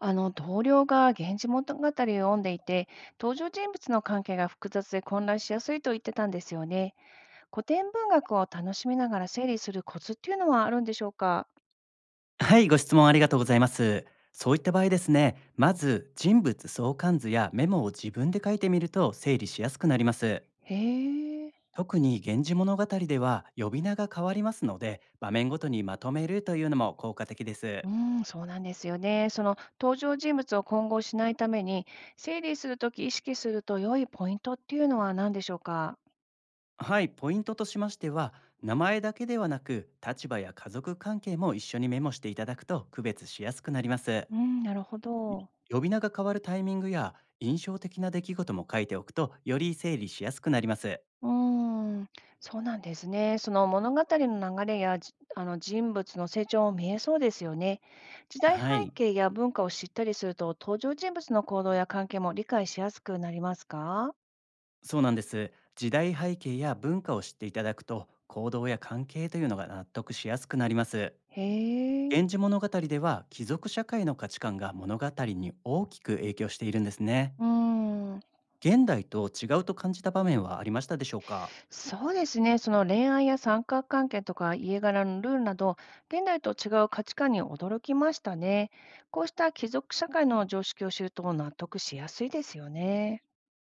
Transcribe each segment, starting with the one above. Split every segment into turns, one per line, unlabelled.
あの同僚が「源氏物語」を読んでいて、登場人物の関係が複雑で混乱しやすいと言ってたんですよね。古典文学を楽しみながら整理するコツっていうのはあるんでしょうか？
はい、ご質問ありがとうございます。そういった場合ですね、まず人物相関図やメモを自分で書いてみると整理しやすくなります。
へえ。
特に源氏物語では呼び名が変わりますので、場面ごとにまとめるというのも効果的です。
うん、そうなんですよね。その登場人物を混合しないために、整理するとき意識すると良いポイントっていうのは何でしょうか？
はい、ポイントとしましては、名前だけではなく、立場や家族関係も一緒にメモしていただくと区別しやすくなります。
うん、なるほ
い
ど。
呼び名が変わるタイミングや印象的な出来事も書いておくと、より整理しやすくなります。
うーん、そうなんですね。その物語の流れや、あの人物の成長も見えそうですよね。時代背
はい。
景や文化を知ったりすると、登場人物の行動や関係も理解しやすくなりますか？
そうなんです。時代背景や文化を知っていただくと、行動や関係というのが納得しやすくなります。
へえ、
源氏物語では、貴族社会の価値観が物語に大きく影響しているんですね。
うーん、
現代と違うと感じた場面はありましたでしょうか？
そうですね。その恋愛や三角関係とか家柄のルールなど、現代と違う価値観に驚きましたね。こうした貴族社会の常識を知ると納得しやすいですよね。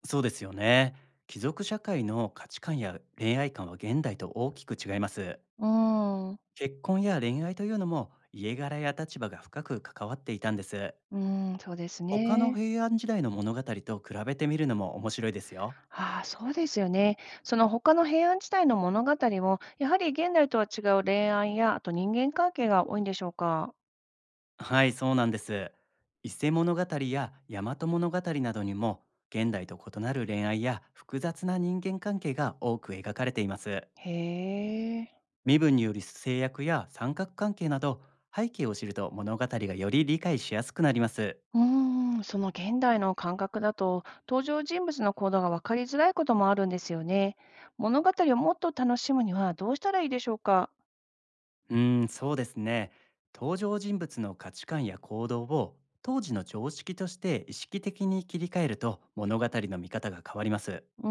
そうですよね。貴族社会の価値観や恋愛観は現代と大きく違います。
うーん、
結婚や恋愛というのも家柄や立場が深く関わっていたんです。
うーん、そうです
他の
ね。
平安時代の物語と比べてみるのも面白いですよ。
ああ、そうですよね。その他の平安時代の物語も、やはり現代とは違う恋愛や、あと人間関係が多いんでしょうか。
はい、そうなんです。伊勢物語や大和物語などにも、現代と異なる恋愛や複雑な人間関係が多く描かれています。
へえ。
身分による制約や三角関係など、背景を知ると物語がより理解しやすくなります。
うーん、その現代の感覚だと、登場人物の行動が分かりづらいこともあるんですよね。物語をもっと楽しむにはどうしたらいいでしょうか。
うーん、そうですね。登場人物の価値観や行動を当時の常識として意識的に切り替えると物語の見方が変わります。
うー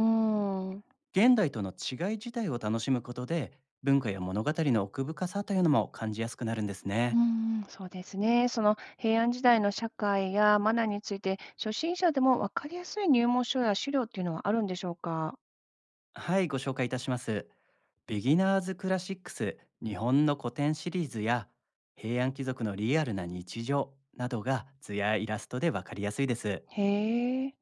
ん、
現代との違い自体を楽しむことで、文化や物語の奥深さというのも感じやすくなるんです
う
ね。
ーん、そうですね。その平安時代の社会やマナーについて、初心者でも分かりやすい入門書や資料っていうのはあるんでしょうか。
はい、ご紹介いたします。ビギナーズクラシックス日本の古典シリーズや平安貴族のリアルな日常などが図やイラストでわかりやすいです。
へえ。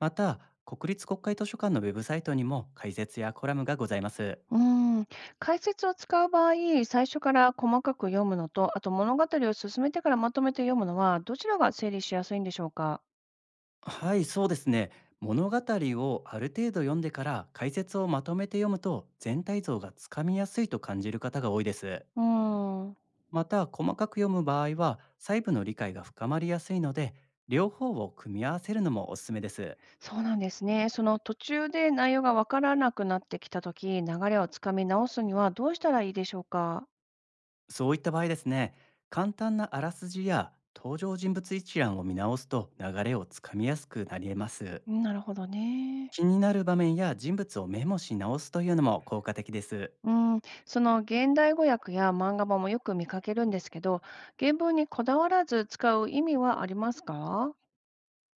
また、国立国会図書館のウェブサイトにも解説やコラムがございます。
うーん、解説を使う場合、最初から細かく読むのと、あと物語を進めてからまとめて読むのは、どちらが整理しやすいんでしょうか？
はい、そうですね。物語をある程度読んでから解説をまとめて読むと全体像がつかみやすいと感じる方が多いです。
うーん、
また、細かく読む場合は細部の理解が深まりやすいので、両方を組み合わせるのもおすすめです。
そうなんですね。その途中で内容がわからなくなってきたとき、流れをつかみ直すにはどうしたらいいでしょうか？
そういった場合ですね、簡単なあらすじや登場人物一覧を見直すと流れをつかみやすくなり得ます。
うん、なるほどね。
気になる場面や人物をメモし直すというのも効果的です。
うん、その現代語訳や漫画版もよく見かけるんですけど、原文にこだわらず使う意味はありますか？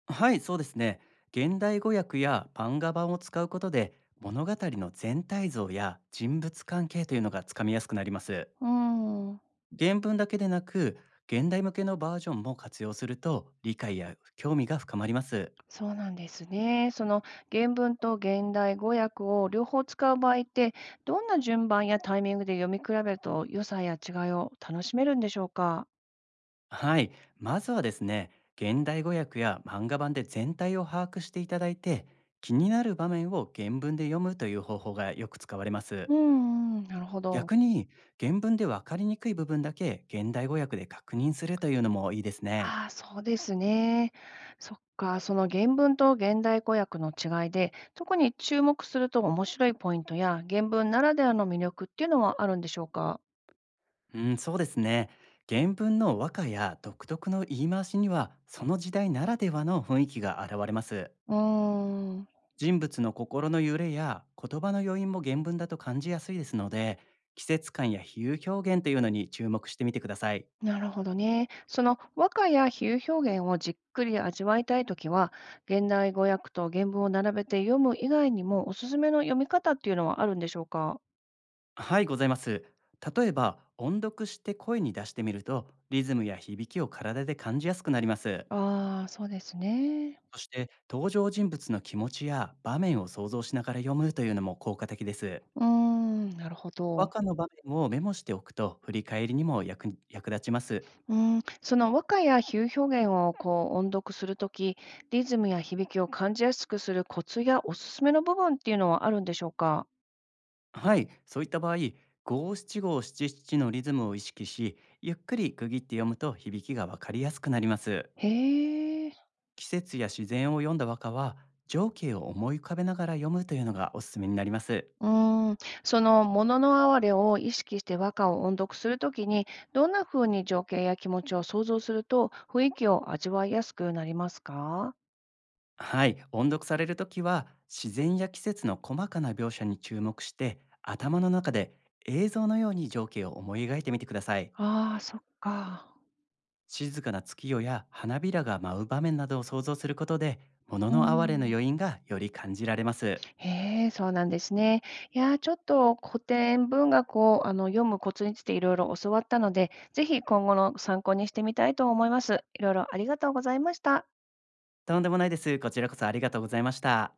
はい、そうですね。現代語訳や漫画版を使うことで、物語の全体像や人物関係というのがつかみやすくなります。
うん。
原文だけでなく、現代向けのバージョンも活用すると、理解や興味が深まります。
そうなんですね。その原文と現代語訳を両方使う場合って、どんな順番やタイミングで読み比べると良さや違いを楽しめるんでしょうか？
はい、まずはですね、現代語訳や漫画版で全体を把握していただいて、気になる場面を原文で読むという方法がよく使われます。
うんうん、なるほど。
逆に原文で分かりにくい部分だけ現代語訳で確認するというのもいいですね。
ああ、そうですね。そっか、その原文と現代語訳の違いで、特に注目すると面白いポイントや原文ならではの魅力っていうのはあるんでしょうか？
うん、そうですね。原文の和歌や独特の言い回しにはその時代ならではの雰囲気が現れます。
うーん。
人物の心の揺れや言葉の余韻も原文だと感じやすいですので、季節感や比喩表現というのに注目してみてください。
なるほどね。その和歌や比喩表現をじっくり味わいたいときは、現代語訳と原文を並べて読む以外にもおすすめの読み方っていうのはあるんでしょうか？
はい、ございます。例えば音読して声に出してみるとリズムや響きを体で感じやすくなります。
ああー、そうですね。
そして、登場人物の気持ちや場面を想像しながら読むというのも効果的です。
うーん、なるほ
和
ど。
歌の場面をメモしておくと、振り返りにも役立ちます。
うーん、その和歌や比喩表現をこう音読するとき、リズムや響きを感じやすくするコツやおすすめの部分っていうのはあるんでしょうか？
はい、そういった場合、五七五七七のリズムを意識し、ゆっくり区切って読むと響きがわかりやすくなります。
へえ。
季節や自然を読んだ和歌は、情景を思い浮かべながら読むというのがおすすめになります。
うーん、そのものの哀れを意識して和歌を音読するときに、どんな風に情景や気持ちを想像すると、雰囲気を味わいやすくなりますか？
はい、音読されるときは自然や季節の細かな描写に注目して頭の中で映像のように情景を思い描いてみてください。
ああ、そっか。
静かな月夜や花びらが舞う場面などを想像することで物
う
の哀れの
ん、
余韻がより感じられます。
へえ、そうなんですね。いやー、ちょっと古典文学を、読むコツについていろいろ教わったので、ぜひ今後の参考にしてみたいと思います。いろいろありがとうございました。
とんでもないです。こちらこそありがとうございました。